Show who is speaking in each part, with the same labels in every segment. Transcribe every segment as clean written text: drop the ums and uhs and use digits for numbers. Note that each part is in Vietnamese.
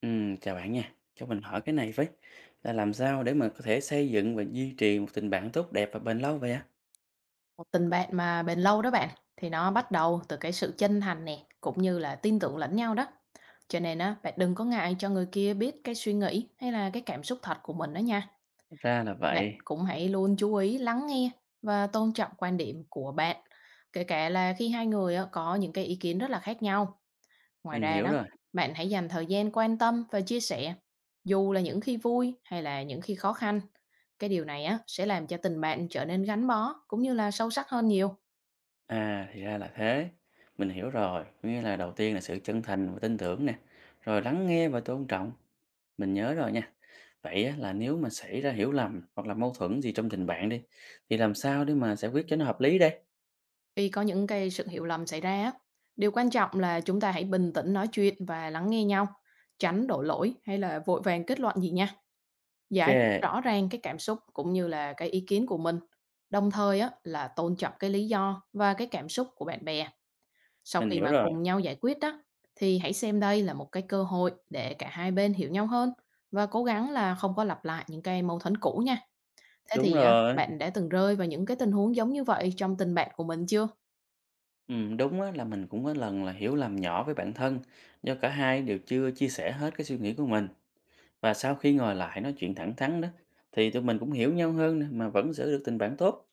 Speaker 1: Chào bạn nha. Cho mình hỏi cái này với, là làm sao để mà có thể xây dựng và duy trì một tình bạn tốt đẹp và bền lâu vậy á?
Speaker 2: Một tình bạn mà bền lâu đó bạn, thì nó bắt đầu từ cái sự chân thành nè, cũng như là tin tưởng lẫn nhau đó. Cho nên á, bạn đừng có ngại cho người kia biết cái suy nghĩ hay là cái cảm xúc thật của mình đó nha.
Speaker 1: Ra là
Speaker 2: Bạn
Speaker 1: vậy,
Speaker 2: cũng hãy luôn chú ý lắng nghe và tôn trọng quan điểm của bạn, kể cả là khi hai người á, có những cái ý kiến rất là khác nhau. Ngoài
Speaker 1: mình
Speaker 2: ra
Speaker 1: hiểu
Speaker 2: đó,
Speaker 1: rồi.
Speaker 2: bạn hãy dành thời gian quan tâm và chia sẻ, dù là những khi vui hay là những khi khó khăn. Cái điều này á, sẽ làm cho tình bạn trở nên gắn bó cũng như là sâu sắc hơn nhiều.
Speaker 1: À, thì ra là thế. Mình hiểu rồi, có nghĩa là đầu tiên là sự chân thành và tin tưởng nè, rồi lắng nghe và tôn trọng. Mình nhớ rồi nha. Vậy á, là nếu mà xảy ra hiểu lầm hoặc là mâu thuẫn gì trong tình bạn đi, thì làm sao để mà giải quyết cho nó hợp lý đây?
Speaker 2: Khi có những cái sự hiểu lầm xảy ra á, điều quan trọng là chúng ta hãy bình tĩnh nói chuyện và lắng nghe nhau, tránh đổ lỗi hay là vội vàng kết luận gì nha.
Speaker 1: Ok,
Speaker 2: Giải thích rõ ràng cái cảm xúc cũng như là cái ý kiến của mình. Đồng thời á là tôn trọng cái lý do và cái cảm xúc của bạn bè. Sau
Speaker 1: mình
Speaker 2: khi
Speaker 1: hiểu
Speaker 2: mà
Speaker 1: rồi.
Speaker 2: cùng nhau giải quyết đó thì hãy xem đây là một cái cơ hội để cả hai bên hiểu nhau hơn và cố gắng là không có lặp lại những cái mâu thuẫn cũ nha. Thế
Speaker 1: Đúng
Speaker 2: thì á,
Speaker 1: rồi.
Speaker 2: bạn đã từng rơi vào những cái tình huống giống như vậy trong tình bạn của mình chưa?
Speaker 1: Đúng á, là mình cũng có lần là hiểu lầm nhỏ với bản thân do cả hai đều chưa chia sẻ hết cái suy nghĩ của mình và sau khi ngồi lại nói chuyện thẳng thắn đó thì tụi mình cũng hiểu nhau hơn nè, mà vẫn giữ được tình bạn tốt.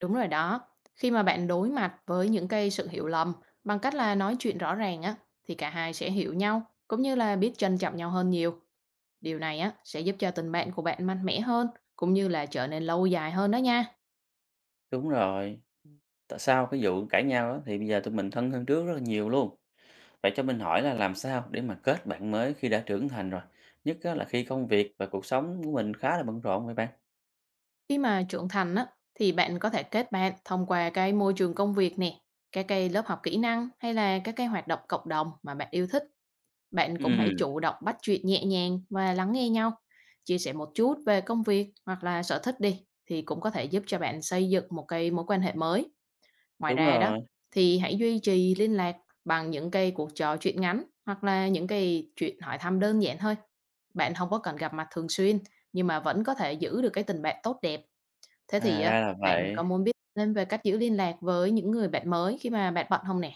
Speaker 2: Đúng rồi đó. Khi mà bạn đối mặt với những cái sự hiểu lầm bằng cách là nói chuyện rõ ràng á, thì cả hai sẽ hiểu nhau cũng như là biết trân trọng nhau hơn nhiều. Điều này á sẽ giúp cho tình bạn của bạn mạnh mẽ hơn cũng như là trở nên lâu dài hơn đó nha.
Speaker 1: Đúng rồi, tại sao cái vụ cãi nhau đó thì bây giờ tụi mình thân hơn trước rất là nhiều luôn. Vậy cho mình hỏi là làm sao để mà kết bạn mới khi đã trưởng thành rồi, nhất á, là khi công việc và cuộc sống của mình khá là bận rộn vậy bạn?
Speaker 2: Khi mà trưởng thành á, thì bạn có thể kết bạn thông qua cái môi trường công việc nè, các cái lớp học kỹ năng hay là các cái hoạt động cộng đồng mà bạn yêu thích. Bạn cũng hãy
Speaker 1: Ừm,
Speaker 2: chủ động bắt chuyện nhẹ nhàng và lắng nghe nhau. Chia sẻ một chút về công việc hoặc là sở thích đi thì cũng có thể giúp cho bạn xây dựng một cái mối quan hệ mới. Ngoài
Speaker 1: đúng
Speaker 2: ra đó,
Speaker 1: rồi.
Speaker 2: thì hãy duy trì liên lạc bằng những cái cuộc trò chuyện ngắn hoặc là những cái chuyện hỏi thăm đơn giản thôi. Bạn không có cần gặp mặt thường xuyên, nhưng mà vẫn có thể giữ được cái tình bạn tốt đẹp. Thế
Speaker 1: À
Speaker 2: thì á,
Speaker 1: ra là
Speaker 2: bạn
Speaker 1: vậy.
Speaker 2: có muốn biết thêm về cách giữ liên lạc với những người bạn mới khi mà bạn bận không nè?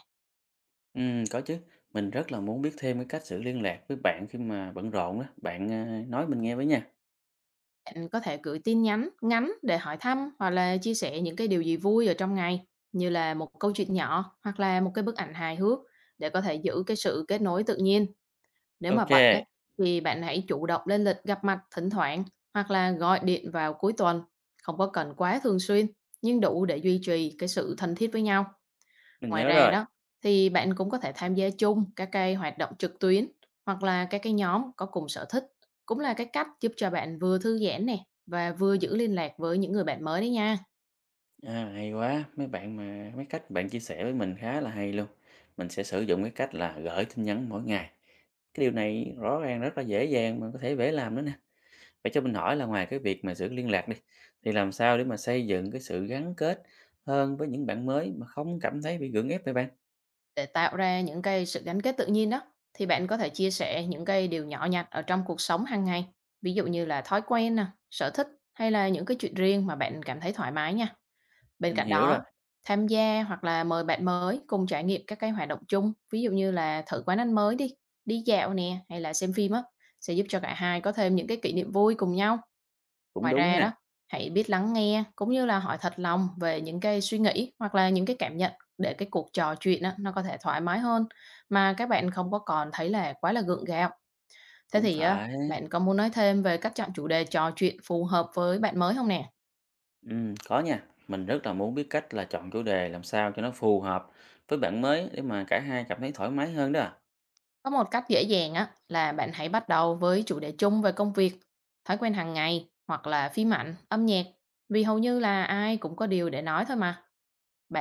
Speaker 1: Có chứ. Mình rất là muốn biết thêm cái cách giữ liên lạc với bạn khi mà bận rộn đó. Bạn, nói mình nghe với nha.
Speaker 2: Bạn có thể gửi tin nhắn ngắn để hỏi thăm hoặc là chia sẻ những cái điều gì vui ở trong ngày, như là một câu chuyện nhỏ hoặc là một cái bức ảnh hài hước, để có thể giữ cái sự kết nối tự nhiên. Nếu mà bận
Speaker 1: OK,
Speaker 2: ấy, thì bạn hãy chủ động lên lịch gặp mặt thỉnh thoảng hoặc là gọi điện vào cuối tuần, không có cần quá thường xuyên nhưng đủ để duy trì cái sự thân thiết với nhau.
Speaker 1: mình
Speaker 2: Ngoài
Speaker 1: nhớ
Speaker 2: ra
Speaker 1: rồi.
Speaker 2: đó, thì bạn cũng có thể tham gia chung các cái hoạt động trực tuyến hoặc là các cái nhóm có cùng sở thích. Cũng là cái cách giúp cho bạn vừa thư giãn nè, và vừa giữ liên lạc với những người bạn mới đấy nha.
Speaker 1: À, hay quá, mấy bạn mà mấy cách bạn chia sẻ với mình khá là hay luôn. Mình sẽ sử dụng cái cách là gửi tin nhắn mỗi ngày. Cái điều này rõ ràng rất là dễ dàng mà có thể dễ làm nữa nè. Vậy cho mình hỏi là ngoài cái việc mà giữ liên lạc đi, thì làm sao để mà xây dựng cái sự gắn kết hơn với những bạn mới mà không cảm thấy bị gượng ép vậy bạn?
Speaker 2: Để tạo ra những cái sự gắn kết tự nhiên đó, thì bạn có thể chia sẻ những cái điều nhỏ nhặt ở trong cuộc sống hàng ngày. Ví dụ như là thói quen nè, sở thích, hay là những cái chuyện riêng mà bạn cảm thấy thoải mái nha. Bên
Speaker 1: Mình
Speaker 2: cạnh
Speaker 1: hiểu rồi,
Speaker 2: đó, tham gia hoặc là mời bạn mới cùng trải nghiệm các cái hoạt động chung, ví dụ như là thử quán ăn mới đi, đi dạo nè, hay là xem phim á, sẽ giúp cho cả hai có thêm những cái kỷ niệm vui cùng nhau.
Speaker 1: cũng
Speaker 2: Ngoài
Speaker 1: đúng
Speaker 2: ra
Speaker 1: ha,
Speaker 2: đó, hãy biết lắng nghe cũng như là hỏi thật lòng về những cái suy nghĩ hoặc là những cái cảm nhận, để cái cuộc trò chuyện á, nó có thể thoải mái hơn mà các bạn không có còn thấy là quá là gượng gạo. Thế
Speaker 1: cũng
Speaker 2: thì á,
Speaker 1: phải.
Speaker 2: bạn có muốn nói thêm về cách chọn chủ đề trò chuyện phù hợp với bạn mới không nè?
Speaker 1: Có nha. Mình rất là muốn biết cách là chọn chủ đề làm sao cho nó phù hợp với bạn mới để mà cả hai cảm thấy thoải mái hơn đó. À.
Speaker 2: Có một cách dễ dàng á là bạn hãy bắt đầu với chủ đề chung về công việc, thói quen hàng ngày hoặc là phim ảnh, âm nhạc. Vì hầu như là ai cũng có điều để nói thôi mà.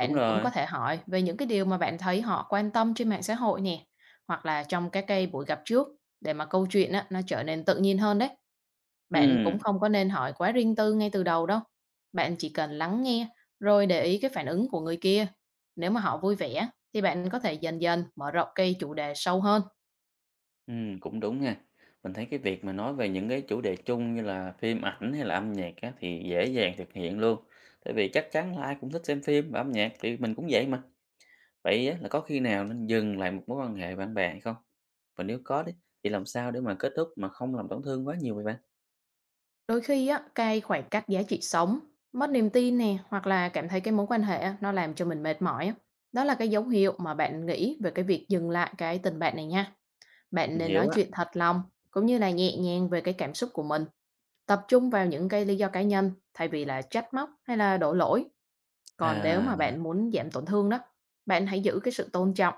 Speaker 1: Đúng
Speaker 2: cũng
Speaker 1: rồi.
Speaker 2: có thể hỏi về những cái điều mà bạn thấy họ quan tâm trên mạng xã hội nè, hoặc là trong các cái buổi gặp trước, để mà câu chuyện á nó trở nên tự nhiên hơn đấy. Bạn cũng
Speaker 1: Ừm,
Speaker 2: không có nên hỏi quá riêng tư ngay từ đầu đâu. Bạn chỉ cần lắng nghe rồi để ý cái phản ứng của người kia. Nếu mà họ vui vẻ thì bạn có thể dần dần mở rộng cái chủ đề sâu hơn.
Speaker 1: cũng đúng ha. Mình thấy cái việc mà nói về những cái chủ đề chung như là phim ảnh hay là âm nhạc á, thì dễ dàng thực hiện luôn. Tại vì chắc chắn là ai cũng thích xem phim và âm nhạc thì mình cũng vậy mà. Vậy á, là có khi nào nên dừng lại một mối quan hệ bạn bè hay không? Và nếu có đấy, thì làm sao để mà kết thúc mà không làm tổn thương quá nhiều vậy bạn?
Speaker 2: Đôi khi á, cái khoảng cách giá trị sống, mất niềm tin nè, hoặc là cảm thấy cái mối quan hệ á, nó làm cho mình mệt mỏi á. Đó là cái dấu hiệu mà bạn nghĩ về cái việc dừng lại cái tình bạn này nha. Bạn
Speaker 1: Mình
Speaker 2: nên
Speaker 1: hiểu
Speaker 2: nói
Speaker 1: á.
Speaker 2: chuyện thật lòng, cũng như là nhẹ nhàng về cái cảm xúc của mình. Tập trung vào những cái lý do cá nhân, thay vì là trách móc hay là đổ lỗi. Còn nếu mà
Speaker 1: À.
Speaker 2: bạn muốn giảm tổn thương đó, bạn hãy giữ cái sự tôn trọng,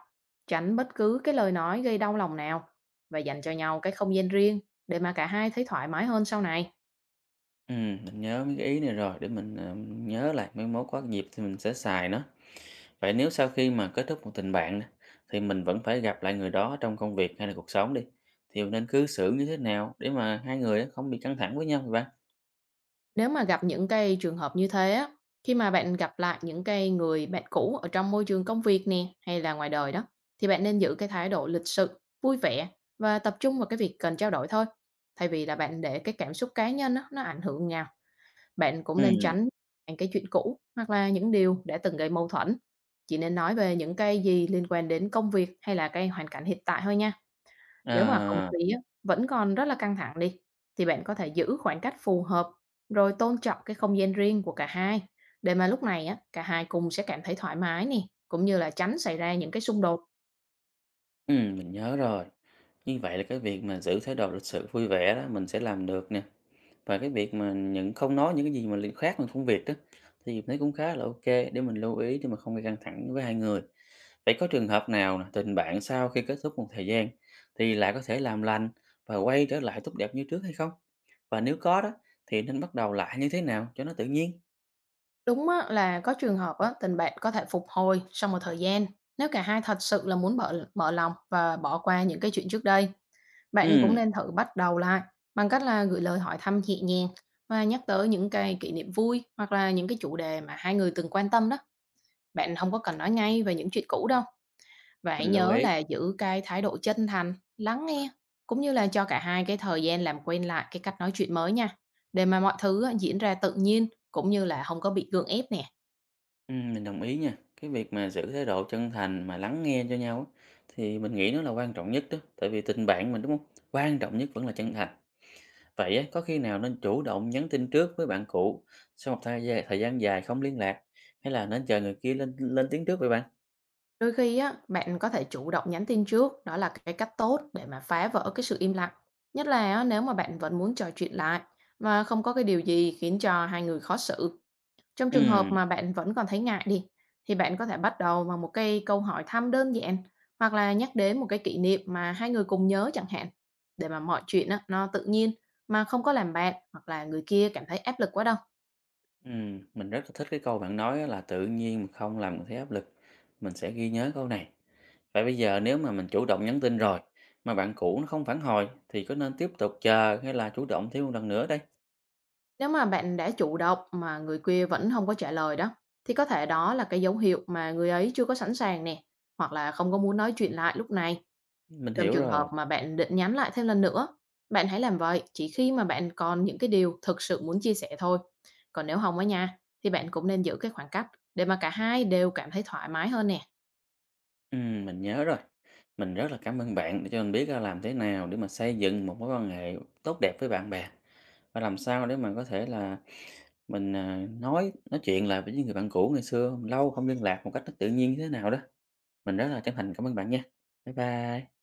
Speaker 2: tránh bất cứ cái lời nói gây đau lòng nào, và dành cho nhau cái không gian riêng, để mà cả hai thấy thoải mái hơn sau này.
Speaker 1: Mình nhớ mấy cái ý này rồi, để mình, nhớ lại mấy mối có dịp thì mình sẽ xài nó. Vậy nếu sau khi mà kết thúc một tình bạn nè, thì mình vẫn phải gặp lại người đó trong công việc hay là cuộc sống đi, thì mình nên cư xử như thế nào để mà hai người á không bị căng thẳng với nhau vậy bạn?
Speaker 2: Nếu mà gặp những cái trường hợp như thế á, khi mà bạn gặp lại những cái người bạn cũ ở trong môi trường công việc nè, hay là ngoài đời đó, thì bạn nên giữ cái thái độ lịch sự, vui vẻ và tập trung vào cái việc cần trao đổi thôi. Thay vì là bạn để cái cảm xúc cá nhân á, nó ảnh hưởng nhau, bạn cũng nên
Speaker 1: Ừm,
Speaker 2: tránh những cái chuyện cũ hoặc là những điều đã từng gây mâu thuẫn. Chỉ nên nói về những cái gì liên quan đến công việc hay là cái hoàn cảnh hiện tại thôi nha. Nếu mà không
Speaker 1: à,
Speaker 2: khí á, vẫn còn rất là căng thẳng đi, thì bạn có thể giữ khoảng cách phù hợp, rồi tôn trọng cái không gian riêng của cả hai, để mà lúc này á, cả hai cùng sẽ cảm thấy thoải mái nè, cũng như là tránh xảy ra những cái xung đột.
Speaker 1: mình nhớ rồi. Như vậy là cái việc mà giữ thái độ lịch sự vui vẻ đó mình sẽ làm được nè, và cái việc mà những không nói những cái gì mà liên khác ngoài công việc đó, thì mình thấy cũng khá là ok để mình lưu ý để mà không gây căng thẳng với hai người. Vậy có trường hợp nào nè, tình bạn sau khi kết thúc một thời gian thì lại có thể làm lành và quay trở lại tốt đẹp như trước hay không? Và nếu có đó thì nên bắt đầu lại như thế nào cho nó tự nhiên?
Speaker 2: Đúng á, là có trường hợp á, tình bạn có thể phục hồi sau một thời gian, nếu cả hai thật sự là muốn mở lòng và bỏ qua những cái chuyện trước đây. Bạn cũng
Speaker 1: Ừm,
Speaker 2: nên thử bắt đầu lại bằng cách là gửi lời hỏi thăm nhẹ nhàng và nhắc tới những cái kỷ niệm vui hoặc là những cái chủ đề mà hai người từng quan tâm đó. Bạn không có cần nói ngay về những chuyện cũ đâu, và hãy
Speaker 1: mình lưu
Speaker 2: nhớ
Speaker 1: ý.
Speaker 2: là giữ cái thái độ chân thành, lắng nghe, cũng như là cho cả hai cái thời gian làm quen lại cái cách nói chuyện mới nha, để mà mọi thứ á diễn ra tự nhiên cũng như là không có bị gượng ép nè.
Speaker 1: Mình đồng ý nha. Cái việc mà giữ thái độ chân thành mà lắng nghe cho nhau á, thì mình nghĩ nó là quan trọng nhất đó. Tại vì tình bạn mình đúng không? Quan trọng nhất vẫn là chân thành. Vậy á, có khi nào nên chủ động nhắn tin trước với bạn cũ sau một thời gian dài không liên lạc hay là nên chờ người kia lên lên tiếng trước vậy bạn?
Speaker 2: Đôi khi á, bạn có thể chủ động nhắn tin trước, đó là cái cách tốt để mà phá vỡ cái sự im lặng, nhất là á nếu mà bạn vẫn muốn trò chuyện lại mà không có cái điều gì khiến cho hai người khó xử. Trong trường hợp
Speaker 1: Ừ.
Speaker 2: mà bạn vẫn còn thấy ngại đi, thì bạn có thể bắt đầu bằng một cái câu hỏi thăm đơn giản hoặc là nhắc đến một cái kỷ niệm mà hai người cùng nhớ chẳng hạn, để mà mọi chuyện á, nó tự nhiên mà không có làm bạn hoặc là người kia cảm thấy áp lực quá đâu.
Speaker 1: Mình rất là thích cái câu bạn nói á là "Tự nhiên mà không làm mình thấy áp lực", mình sẽ ghi nhớ câu này. Vậy bây giờ nếu mà mình chủ động nhắn tin rồi, mà bạn cũ nó không phản hồi thì có nên tiếp tục chờ hay là chủ động thêm một lần nữa đây?
Speaker 2: Nếu mà bạn đã chủ động mà người kia vẫn không có trả lời đó, thì có thể đó là cái dấu hiệu mà người ấy chưa có sẵn sàng nè, hoặc là không có muốn nói chuyện lại lúc này.
Speaker 1: Mình
Speaker 2: Trong
Speaker 1: hiểu
Speaker 2: trường
Speaker 1: rồi,
Speaker 2: hợp mà bạn định nhắn lại thêm lần nữa, bạn hãy làm vậy chỉ khi mà bạn còn những cái điều thực sự muốn chia sẻ thôi. Còn nếu không á nha, thì bạn cũng nên giữ cái khoảng cách để mà cả hai đều cảm thấy thoải mái hơn nè.
Speaker 1: mình nhớ rồi. Mình rất là cảm ơn bạn để cho mình biết là làm thế nào để mà xây dựng một mối quan hệ tốt đẹp với bạn bè, và làm sao để mà có thể là mình, nói chuyện lại với những người bạn cũ ngày xưa lâu không liên lạc một cách nó tự nhiên như thế nào đó. Mình rất là chân thành cảm ơn bạn nha. Bye bye.